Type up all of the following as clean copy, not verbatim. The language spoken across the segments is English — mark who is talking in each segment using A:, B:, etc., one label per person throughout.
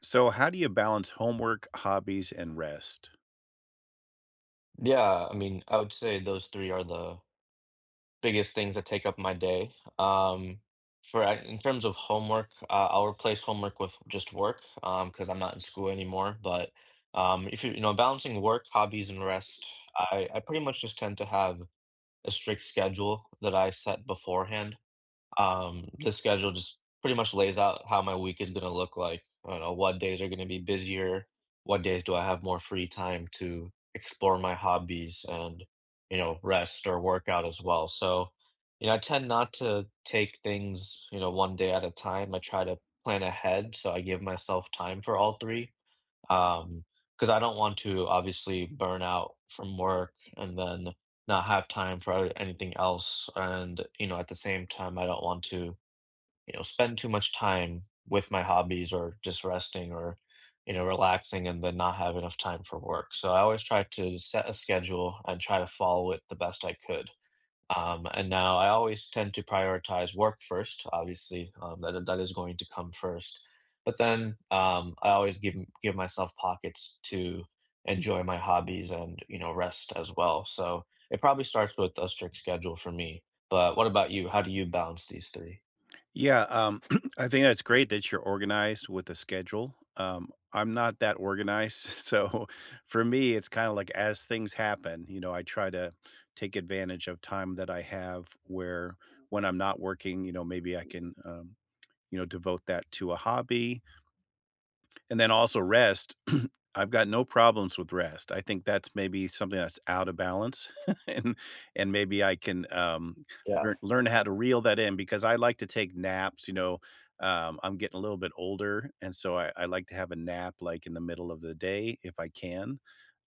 A: So, how do you balance homework, hobbies, and rest?
B: Yeah, I mean, I would say those three are the biggest things that take up my day. In terms of homework, I'll replace homework with just work because I'm not in school anymore. But if you you know balancing work, hobbies, and rest, I pretty much just tend to have a strict schedule that I set beforehand. The schedule just pretty much lays out how my week is gonna look like. I don't know what days are gonna be busier, what days do I have more free time to explore my hobbies and, you know, rest or work out as well. So, you know, I tend not to take things, you know, one day at a time. I try to plan ahead, so I give myself time for all three. Um, because I don't want to obviously burn out from work and then not have time for anything else. And, you know, at the same time, I don't want to, spend too much time with my hobbies or just resting or, relaxing and then not have enough time for work. So I always try to set a schedule and try to follow it the best I could. And now I always tend to prioritize work first, obviously, that is going to come first. But then I always give myself pockets to enjoy my hobbies and rest as well. So it probably starts with a strict schedule for me. But what about you? How do you balance these three?
A: Yeah, um, I think that's great that you're organized with a schedule. I'm not that organized, so for me, it's kind of like as things happen, I try to take advantage of time that I have where when I'm not working, maybe I can, devote that to a hobby. And then also rest. I've got no problems with rest. I think that's maybe something that's out of balance, and and maybe I can,
B: Yeah.
A: learn how to reel that in because I like to take naps, I'm getting a little bit older, and so I like to have a nap, like, in the middle of the day if I can.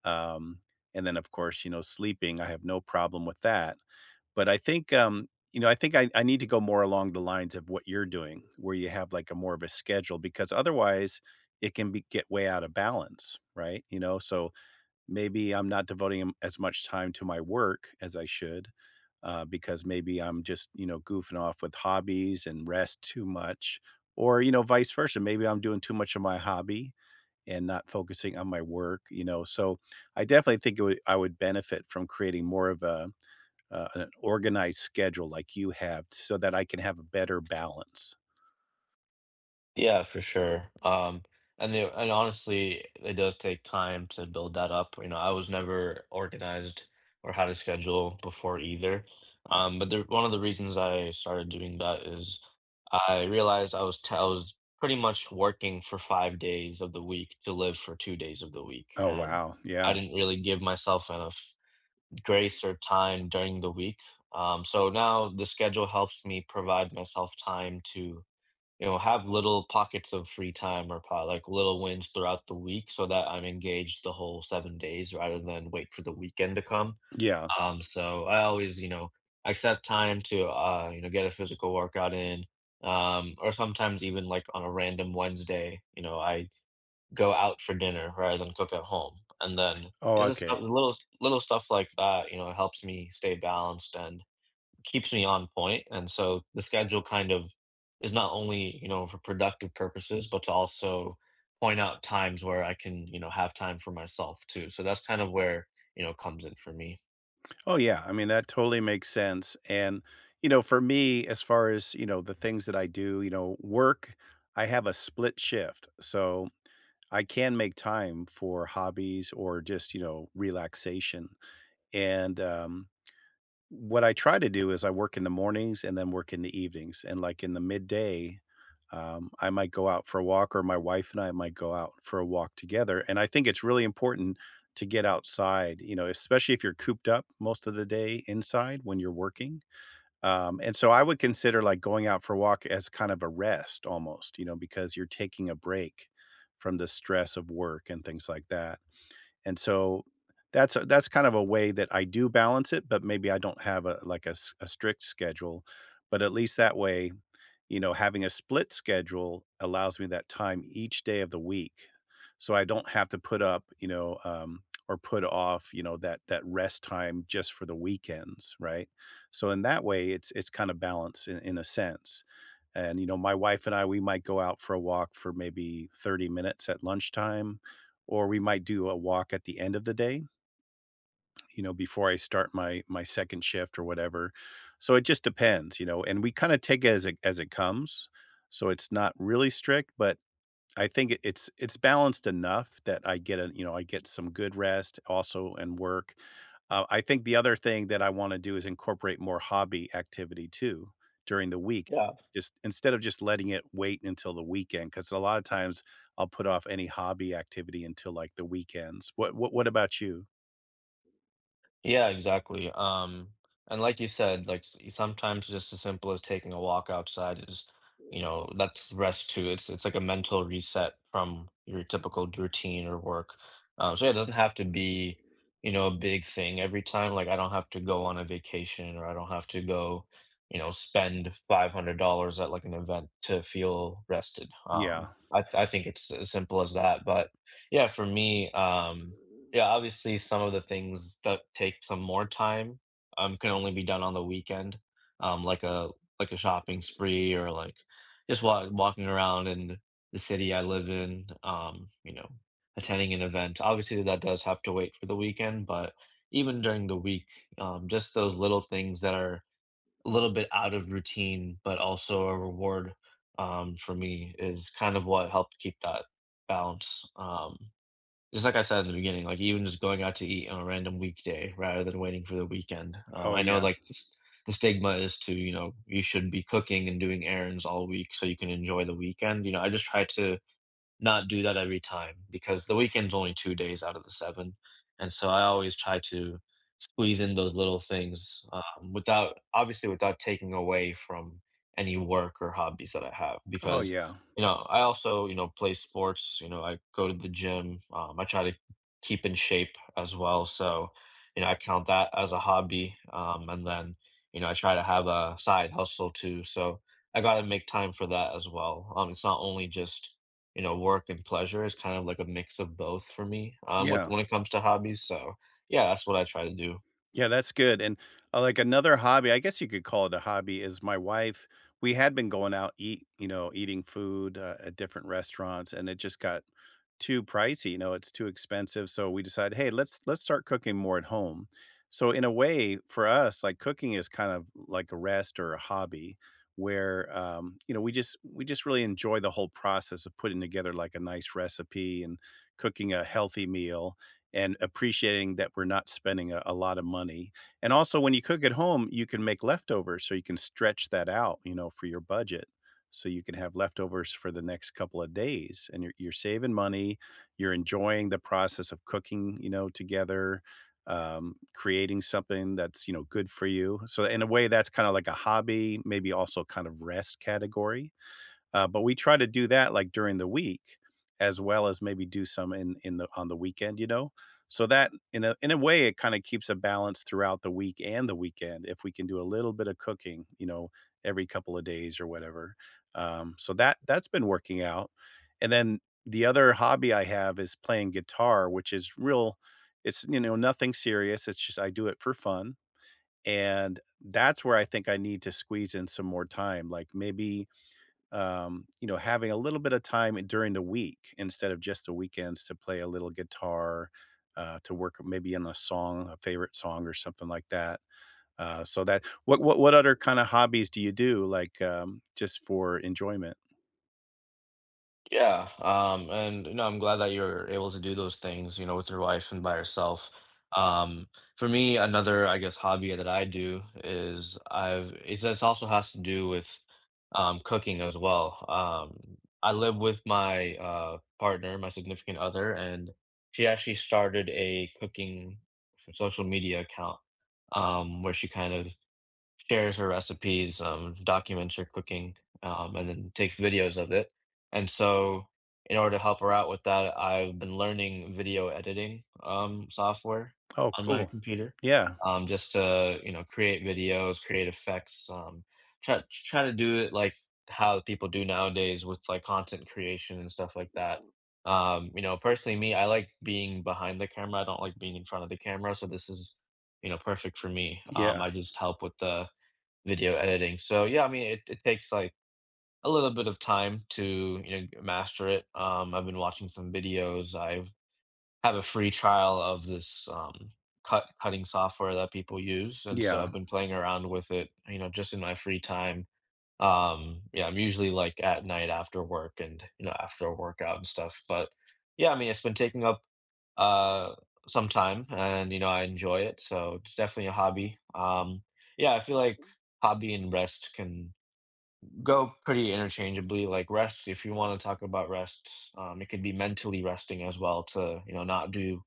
A: Um, and then, of course, you know, sleeping, I have no problem with that. But I think, I think I need to go more along the lines of what you're doing, where you have, like, a more of a schedule because otherwise it can be get way out of balance, right? You know, so maybe I'm not devoting, as much time to my work as I should, because maybe I'm just, you know, goofing off with hobbies and rest too much or, you know, vice versa. Maybe I'm doing too much of my hobby and not focusing on my work, you know? So I definitely think it would I would benefit from creating more of a an organized schedule like you have so that I can have a better balance.
B: Yeah, for sure. And honestly, it does take time to build that up. You know, I was never organized or had a schedule before either. But one of the reasons I started doing that is I realized I was pretty much working for 5 days of the week to live for 2 days of the week,
A: Oh,
B: and
A: wow. Yeah.
B: I didn't really give myself enough grace or time during the week. So now the schedule helps me provide myself time to, you know, have little pockets of free time or po like little wins throughout the week so that I'm engaged the whole 7 days rather than wait for the weekend to come.
A: Yeah.
B: So I always, you know, accept time to, you know, get a physical workout in. Or sometimes even like on a random Wednesday, you know, I go out for dinner rather than cook at home. And then
A: Oh,
B: it's just
A: okay.
B: stuff, little stuff like that, you know, helps me stay balanced and keeps me on point, and so the schedule kind of is not only, you know, for productive purposes, but to also point out times where I can, you know, have time for myself too. So that's kind of where, you know, comes in for me.
A: Oh, yeah. I mean, that totally makes sense. And, you know, for me, as far as, you know, the things that I do, you know, work, I have a split shift. So I can make time for hobbies or just, you know, relaxation. And, what I try to do is I work in the mornings and then work in the evenings, and, like, in the midday, I might go out for a walk, or my wife and I might go out for a walk together, and I think it's really important to get outside, you know, especially if you're cooped up most of the day inside when you're working, and so I would consider, like, going out for a walk as kind of a rest almost, you know, because you're taking a break from the stress of work and things like that. And so that's kind of a way that I do balance it, but maybe I don't have a like a strict schedule, but at least that way you know, having a split schedule allows me that time each day of the week. So I don't have to put up, or put off, you know, that that rest time just for the weekends, right? So in that way, it's kind of balanced in a sense. And you know, my wife and I, we might go out for a walk for maybe 30 minutes at lunchtime, or we might do a walk at the end of the day you know, before I start my second shift or whatever. So it just depends, you know, and we kinda take it as it as it comes. So it's not really strict, but I think it's balanced enough that I get a you know, I get some good rest also and work. I think the other thing that I wanna do is incorporate more hobby activity too during the week.
B: Yeah.
A: Just instead of just letting it wait until the weekend. Because a lot of times I'll put off any hobby activity until like the weekends. What about you?
B: Yeah, exactly. And like you said, like sometimes just as simple as taking a walk outside is, you know, that's rest too. It's like a mental reset from your typical routine or work. So yeah, it doesn't have to be, you know, a big thing every time. Like I don't have to go on a vacation or I don't have to go, you know, spend $500 at like an event to feel rested.
A: Yeah.
B: I think it's as simple as that. But yeah, for me. Yeah, obviously, some of the things that take some more time, can only be done on the weekend, um, like a like a shopping spree or, like, just wa walking around in the city I live in, you know, attending an event. Obviously, that does have to wait for the weekend, but even during the week, just those little things that are a little bit out of routine, but also a reward, for me is kind of what helped keep that balance, just like I said in the beginning, like, even just going out to eat on a random weekday rather than waiting for the weekend.
A: Oh
B: I know,
A: yeah.
B: like, the stigma is to, you know, you should be cooking and doing errands all week so you can enjoy the weekend, you know, I just try to not do that every time because the weekend's only 2 days out of the seven. And so I always try to squeeze in those little things without, obviously, without taking away from any work or hobbies that I have.
A: Oh,
B: Because,
A: yeah.
B: you know, I also, you know, play sports, you know, I go to the gym, I try to keep in shape as well. So, you know, I count that as a hobby. And then, you know, I try to have a side hustle too. So I got to make time for that as well. It's not only just, you know, work and pleasure is kind of like a mix of both for me, with
A: Yeah.
B: when it comes to hobbies, so, yeah, that's what I try to do.
A: Yeah, that's good, and, like, another hobby I guess you could call it a hobby is my wife we had been going out eat you know, eating food, at different restaurants, and it just got too pricey, you know, it's too expensive, so we decided, "Hey, let's start cooking more at home." So, in a way, for us, like, cooking is kind of like a rest or a hobby where, you know, we just really enjoy the whole process of putting together, like, a nice recipe and cooking a healthy meal. And appreciating that we're not spending a lot of money. And also, when you cook at home, you can make leftovers, so you can stretch that out, you know, for your budget. So you can have leftovers for the next couple of days, and you're saving money. You're enjoying the process of cooking, you know, together, creating something that's you know good for you. So in a way, that's kind of like a hobby, maybe also kind of rest category but we try to do that like during the week as well as maybe do some in the on the weekend, you know? So that in a way it kind of keeps a balance throughout the week and the weekend if we can do a little bit of cooking, you know, every couple of days or whatever. So that that's been working out. And then the other hobby I have is playing guitar, which is real it's you know nothing serious. It's just I do it for fun. And that's where I think I need to squeeze in some more time. Like maybe you know, having a little bit of time during the week instead of just the weekends to play a little guitar, to work maybe on a song, a favorite song or something like that. So that what other kind of hobbies do you do like just for enjoyment?
B: Yeah, and you know, I'm glad that you're able to do those things, you know, with your wife and by yourself. Um, for me, another, I guess, hobby that I do is I've it's this also has to do with cooking as well. I live with my partner, my significant other, and she actually started a cooking social media account where she kind of shares her recipes, documents her cooking, and then takes videos of it. And so, in order to help her out with that, I've been learning video editing software
A: Oh,
B: on my
A: cool.
B: computer,
A: Yeah.
B: just to, you know, create videos, create effects, try to do it like how people do nowadays with like content creation and stuff like that. You know, personally, me, I like being behind the camera. I don't like being in front of the camera. So this is, you know, perfect for me.
A: Yeah.
B: I just help with the video editing. So, yeah, I mean, it takes, like, a little bit of time to, you know, g master it. I've been watching some videos. I've have a free trial of this, cutting software that people use, and so
A: Yeah.
B: I've been playing around with it, you know, just in my free time. Yeah, I'm usually, like, at night after work and, you know, after a workout and stuff, but, yeah, I mean, it's been taking up, uh, some time and, you know, I enjoy it, so it's definitely a hobby. Yeah, I feel like hobby and rest can go pretty interchangeably, like, rest if you wanna talk about rest, it could be mentally resting as well to, you know, not do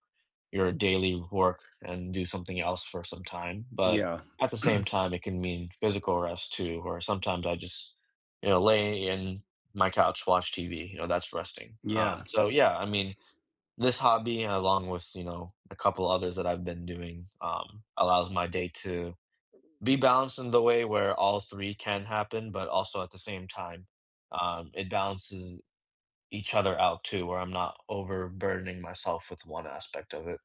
B: your daily work and do something else for some time. But
A: Yeah.
B: at the same time, it can mean physical rest too, or sometimes I just, you know, lay in my couch, watch TV, you know, that's resting.
A: Yeah.
B: So yeah, I mean, this hobby, along with, you know, a couple others that I've been doing, allows my day to be balanced in the way where all three can happen, but also at the same time, it balances each other out too, where I'm not overburdening myself with one aspect of it.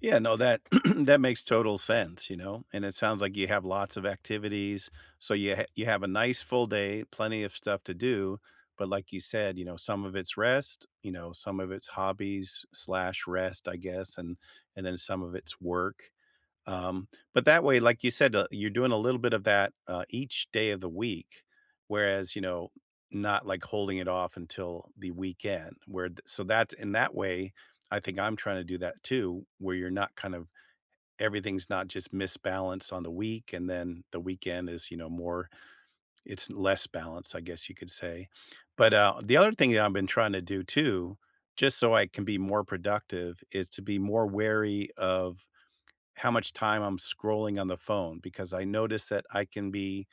A: Yeah, no, that that makes total sense, you know. And it sounds like you have lots of activities, so you have a nice full day, plenty of stuff to do. But like you said, you know, some of it's rest, you know, some of it's hobbies slash rest, I guess, and then some of it's work. But that way, like you said, you're doing a little bit of that each day of the week, whereas you know, not like holding it off until the weekend. So that's in that way, I think I'm trying to do that too, where you're not kind of everything's not just misbalanced on the week, and then the weekend is you know more, it's less balanced, I guess you could say. But the other thing that I've been trying to do too, just so I can be more productive, is to be more wary of how much time I'm scrolling on the phone because I notice that I can be,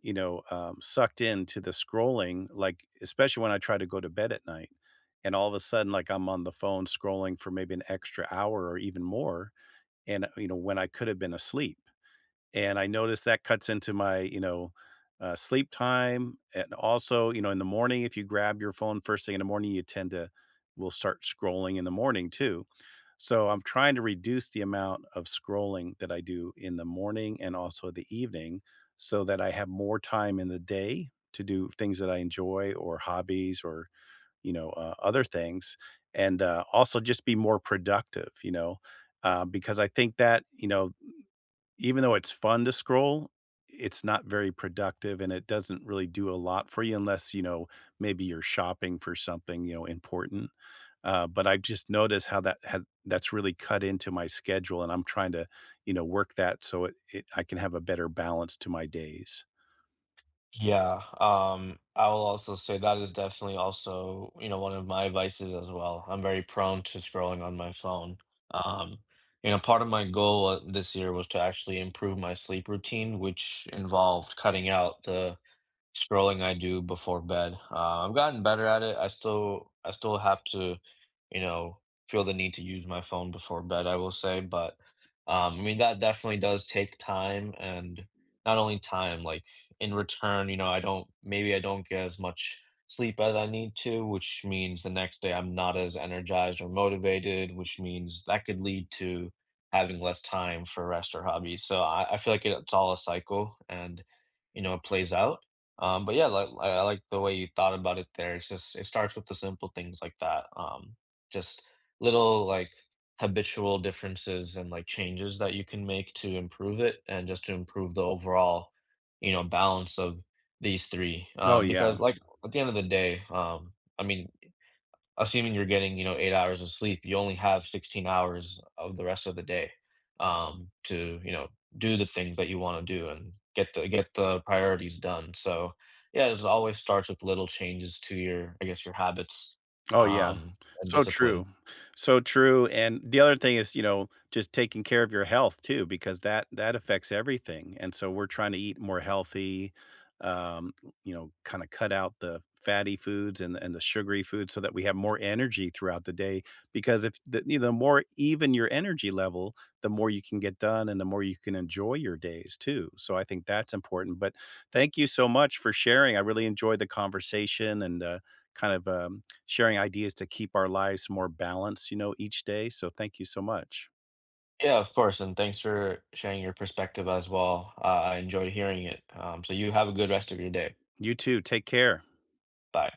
A: sucked into the scrolling, like, especially when I try to go to bed at night. And all of a sudden, like, I'm on the phone scrolling for maybe an extra hour or even more. And, you know, when I could have been asleep. And I notice that cuts into my, you know, sleep time. And also, you know, in the morning, if you grab your phone first thing in the morning, you tend to, will start scrolling in the morning too so I'm trying to reduce the amount of scrolling that I do in the morning and also the evening so that I have more time in the day to do things that I enjoy or hobbies or, other things. And also just be more productive, you know, because I think that, you know, even though it's fun to scroll, it's not very productive and it doesn't really do a lot for you unless, you know, maybe you're shopping for something, you know, important but I've just noticed how that's really cut into my schedule, and I'm trying to, you know, work that so it I can have a better balance to my days.
B: Yeah, I will also say that is definitely also, you know, one of my vices as well. I'm very prone to scrolling on my phone. Um, you know, part of my goal this year was to actually improve my sleep routine, which involved cutting out the scrolling I do before bed. I've gotten better at it. I still have to, you know, feel the need to use my phone before bed, I will say, but I mean that definitely does take time and not only time, like in return, you know, I don't get as much sleep as I need to, which means the next day I'm not as energized or motivated, which means that could lead to having less time for rest or hobbies. So I feel like it's all a cycle and you know it plays out but yeah, like I like the way you thought about it there. It's just it starts with the simple things like that. Just little like habitual differences and like changes that you can make to improve it and just to improve the overall, you know, balance of these three.
A: Oh, yeah.
B: Because like at the end of the day, I mean, assuming you're getting, you know, 8 hours of sleep, you only have 16 hours of the rest of the day, to, you know, do the things that you wanna do and get the priorities done, so, yeah, it always starts with little changes to your, I guess, your habits,
A: Oh, yeah.
B: um, and
A: So true.
B: discipline.
A: So true, and the other thing is, you know, just taking care of your health too because that that affects everything, and so we're trying to eat more healthy, um, you know, kinda cut out the fatty foods and the sugary foods so that we have more energy throughout the day because if the you know, the more even your energy level, the more you can get done and the more you can enjoy your days too, so I think that's important, but thank you so much for sharing, I really enjoyed the conversation and, kind of, sharing ideas to keep our lives more balanced, you know, each day. So thank you so much.
B: Yeah, of course, and thanks for sharing your perspective as well. I enjoyed hearing it, so you have a good rest of your day.
A: You too. Take care.
B: Bye.